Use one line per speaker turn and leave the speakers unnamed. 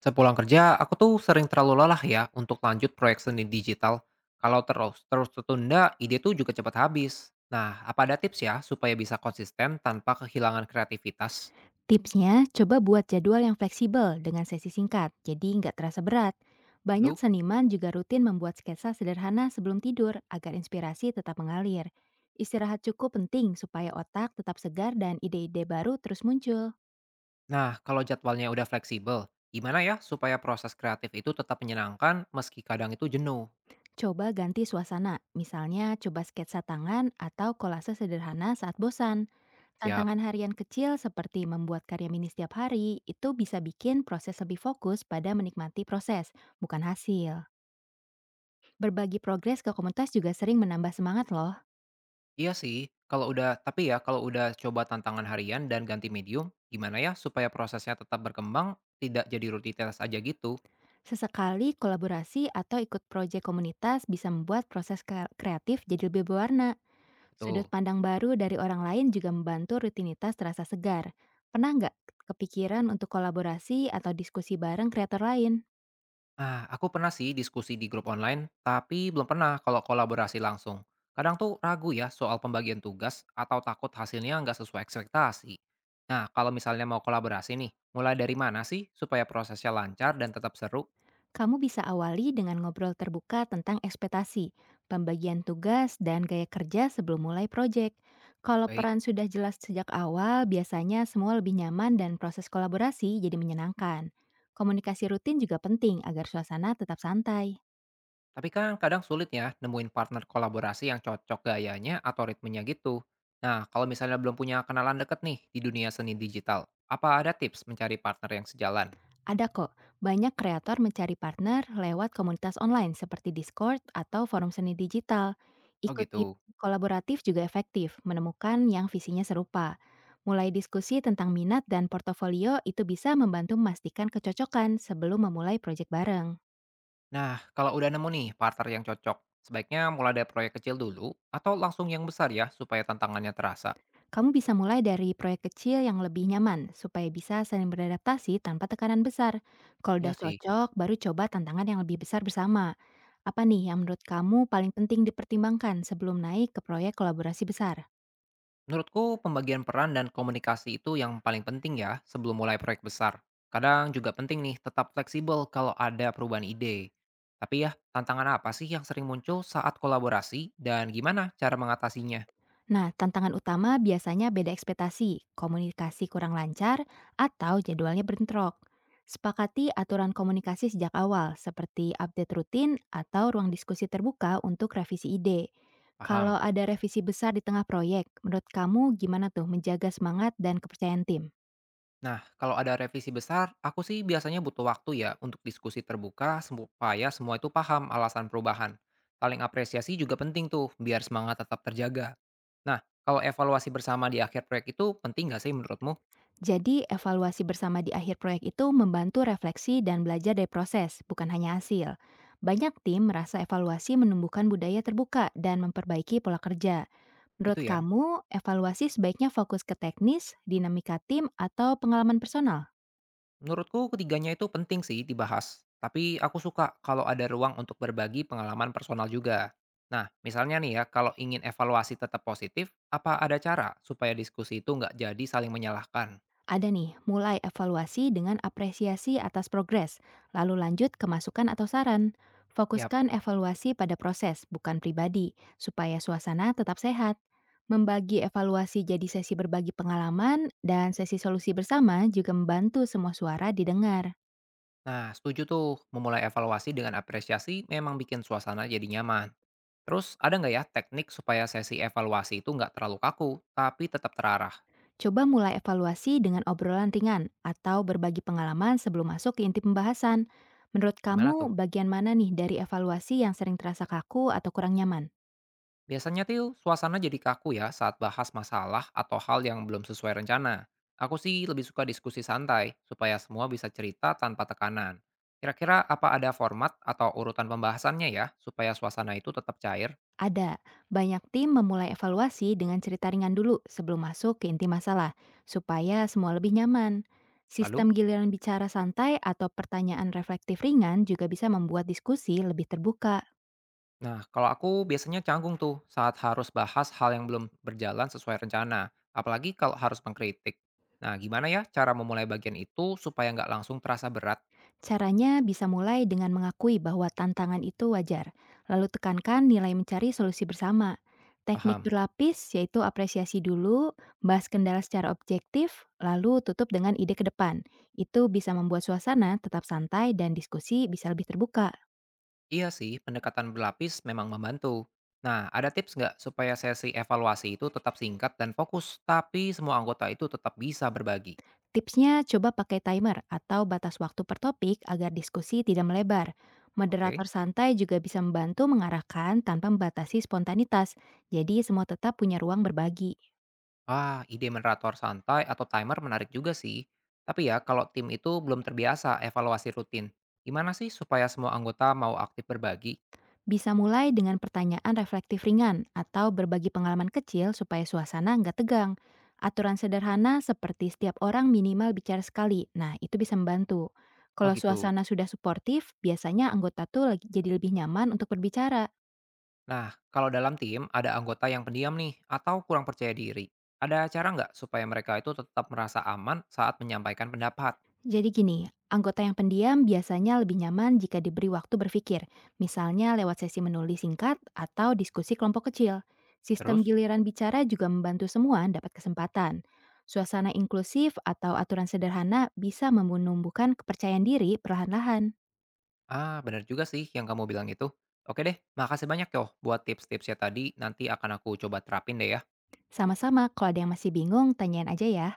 Sepulang kerja, aku tuh sering terlalu lelah ya untuk lanjut proyek seni digital. Kalau terus terus tertunda, ide tuh juga cepat habis. Nah, apa ada tips ya supaya bisa konsisten tanpa kehilangan kreativitas?
Tipsnya, coba buat jadwal yang fleksibel dengan sesi singkat, jadi nggak terasa berat. Banyak
Lalu,
seniman juga rutin membuat sketsa sederhana sebelum tidur agar inspirasi tetap mengalir. Istirahat cukup penting supaya otak tetap segar dan ide-ide baru terus muncul.
nah kalau jadwalnya udah fleksibel, gimana ya supaya proses kreatif itu tetap menyenangkan meski kadang itu jenuh?
Coba ganti suasana, misalnya coba sketsa tangan atau kolase sederhana saat bosan.
Siap.
Tantangan harian kecil seperti membuat karya mini setiap hari itu bisa bikin proses lebih fokus pada menikmati proses, bukan hasil. Berbagi progres ke komunitas juga sering menambah semangat loh.
Iya sih, kalau udah tapi ya kalau udah coba tantangan harian dan ganti medium, gimana ya supaya prosesnya tetap berkembang, tidak jadi rutinitas aja gitu?
Sesekali kolaborasi atau ikut proyek komunitas bisa membuat proses kreatif jadi lebih berwarna. Sudut
Betul.
pandang baru dari orang lain juga membantu rutinitas terasa segar. Pernah nggak kepikiran untuk kolaborasi atau diskusi bareng kreator lain?
Nah, aku pernah sih diskusi di grup online, tapi belum pernah kalau kolaborasi langsung. Kadang tuh ragu ya soal pembagian tugas atau takut hasilnya nggak sesuai ekspektasi. Nah, kalau misalnya mau kolaborasi nih, mulai dari mana sih supaya prosesnya lancar dan tetap seru?
Kamu bisa awali dengan ngobrol terbuka tentang ekspektasi, pembagian tugas, dan gaya kerja sebelum mulai proyek. Kalau
Baik.
peran sudah jelas sejak awal, biasanya semua lebih nyaman dan proses kolaborasi jadi menyenangkan. Komunikasi rutin juga penting agar suasana tetap santai.
Tapi kan kadang sulit ya nemuin partner kolaborasi yang cocok gayanya atau ritmenya gitu. Nah, kalau misalnya belum punya kenalan deket nih di dunia seni digital, apa ada tips mencari partner yang sejalan?
Ada kok, banyak kreator mencari partner lewat komunitas online seperti Discord atau forum seni digital.
Oh
Ikut
gitu.
event kolaboratif juga efektif, menemukan yang visinya serupa. Mulai diskusi tentang minat dan portofolio itu bisa membantu memastikan kecocokan sebelum memulai proyek bareng.
Nah, kalau udah nemu nih partner yang cocok, sebaiknya mulai dari proyek kecil dulu atau langsung yang besar ya supaya tantangannya terasa.
Kamu bisa mulai dari proyek kecil yang lebih nyaman supaya bisa saling beradaptasi tanpa tekanan besar. Kalau
Ya
udah
sih.
cocok, baru coba tantangan yang lebih besar bersama. Apa nih yang menurut kamu paling penting dipertimbangkan sebelum naik ke proyek kolaborasi besar?
Menurutku pembagian peran dan komunikasi itu yang paling penting ya sebelum mulai proyek besar. Kadang juga penting nih tetap fleksibel kalau ada perubahan ide. Tapi ya, tantangan apa sih yang sering muncul saat kolaborasi dan gimana cara mengatasinya?
Nah, tantangan utama biasanya beda ekspektasi, komunikasi kurang lancar, atau jadwalnya bentrok. Sepakati aturan komunikasi sejak awal, seperti update rutin atau ruang diskusi terbuka untuk revisi ide. Kalau
Paham?
ada revisi besar di tengah proyek, menurut kamu gimana tuh menjaga semangat dan kepercayaan tim?
Nah, kalau ada revisi besar, aku sih biasanya butuh waktu ya untuk diskusi terbuka supaya semua itu paham alasan perubahan. Saling apresiasi juga penting tuh, biar semangat tetap terjaga. Nah, kalau evaluasi bersama di akhir proyek itu penting nggak sih menurutmu?
Jadi, evaluasi bersama di akhir proyek itu membantu refleksi dan belajar dari proses, bukan hanya hasil. Banyak tim merasa evaluasi menumbuhkan budaya terbuka dan memperbaiki pola kerja.
Itu
Menurut
ya.
kamu, evaluasi sebaiknya fokus ke teknis, dinamika tim, atau pengalaman personal?
Menurutku ketiganya itu penting sih dibahas. Tapi aku suka kalau ada ruang untuk berbagi pengalaman personal juga. Nah, misalnya nih ya, kalau ingin evaluasi tetap positif, apa ada cara supaya diskusi itu nggak jadi saling menyalahkan?
Ada nih, mulai evaluasi dengan apresiasi atas progres, lalu lanjut ke masukan atau saran.
Ya.
Fokuskan evaluasi pada proses, bukan pribadi, supaya suasana tetap sehat. Membagi evaluasi jadi sesi berbagi pengalaman dan sesi solusi bersama juga membantu semua suara didengar.
Nah, setuju tuh. Memulai evaluasi dengan apresiasi memang bikin suasana jadi nyaman. Terus, ada nggak ya teknik supaya sesi evaluasi itu nggak terlalu kaku, tapi tetap terarah?
Coba mulai evaluasi dengan obrolan ringan atau berbagi pengalaman sebelum masuk ke inti pembahasan. Menurut
Gimana
kamu,
tuh?
bagian mana nih dari evaluasi yang sering terasa kaku atau kurang nyaman?
Biasanya tuh suasana jadi kaku ya saat bahas masalah atau hal yang belum sesuai rencana. Aku sih lebih suka diskusi santai, supaya semua bisa cerita tanpa tekanan. Kira-kira apa ada format atau urutan pembahasannya ya, supaya suasana itu tetap cair?
Ada. Banyak tim memulai evaluasi dengan cerita ringan dulu sebelum masuk ke inti masalah, supaya semua lebih nyaman. Sistem
Lalu?
giliran bicara santai atau pertanyaan reflektif ringan juga bisa membuat diskusi lebih terbuka.
Nah, kalau aku biasanya canggung tuh saat harus bahas hal yang belum berjalan sesuai rencana, apalagi kalau harus mengkritik. Nah, gimana ya cara memulai bagian itu supaya nggak langsung terasa berat?
Caranya bisa mulai dengan mengakui bahwa tantangan itu wajar, lalu tekankan nilai mencari solusi bersama. Teknik
Paham?
berlapis yaitu apresiasi dulu, bahas kendala secara objektif, lalu tutup dengan ide ke depan. Itu bisa membuat suasana tetap santai dan diskusi bisa lebih terbuka.
Iya sih, pendekatan berlapis memang membantu. Nah, ada tips nggak supaya sesi evaluasi itu tetap singkat dan fokus, tapi semua anggota itu tetap bisa berbagi?
Tipsnya coba pakai timer atau batas waktu per topik agar diskusi tidak melebar.
Oke.
Moderator santai juga bisa membantu mengarahkan tanpa membatasi spontanitas, jadi semua tetap punya ruang berbagi.
Ah, ide moderator santai atau timer menarik juga sih. Tapi ya, kalau tim itu belum terbiasa evaluasi rutin, gimana sih supaya semua anggota mau aktif berbagi?
Bisa mulai dengan pertanyaan reflektif ringan atau berbagi pengalaman kecil supaya suasana nggak tegang. Aturan sederhana seperti setiap orang minimal bicara sekali, nah itu bisa membantu.
Oh
Kalau
gitu.
suasana sudah suportif, biasanya anggota tuh jadi lebih nyaman untuk berbicara.
Nah, kalau dalam tim ada anggota yang pendiam nih atau kurang percaya diri, ada cara nggak supaya mereka itu tetap merasa aman saat menyampaikan pendapat?
Jadi gini, anggota yang pendiam biasanya lebih nyaman jika diberi waktu berpikir, misalnya lewat sesi menulis singkat atau diskusi kelompok kecil. Sistem
Terus?
giliran bicara juga membantu semua dapat kesempatan. Suasana inklusif atau aturan sederhana bisa menumbuhkan kepercayaan diri perlahan-lahan.
Ah, benar juga sih yang kamu bilang itu. Oke deh, makasih banyak yo buat tips-tipsnya tadi. Nanti akan aku coba terapin deh ya.
Sama-sama, kalau ada yang masih bingung, tanyain aja ya.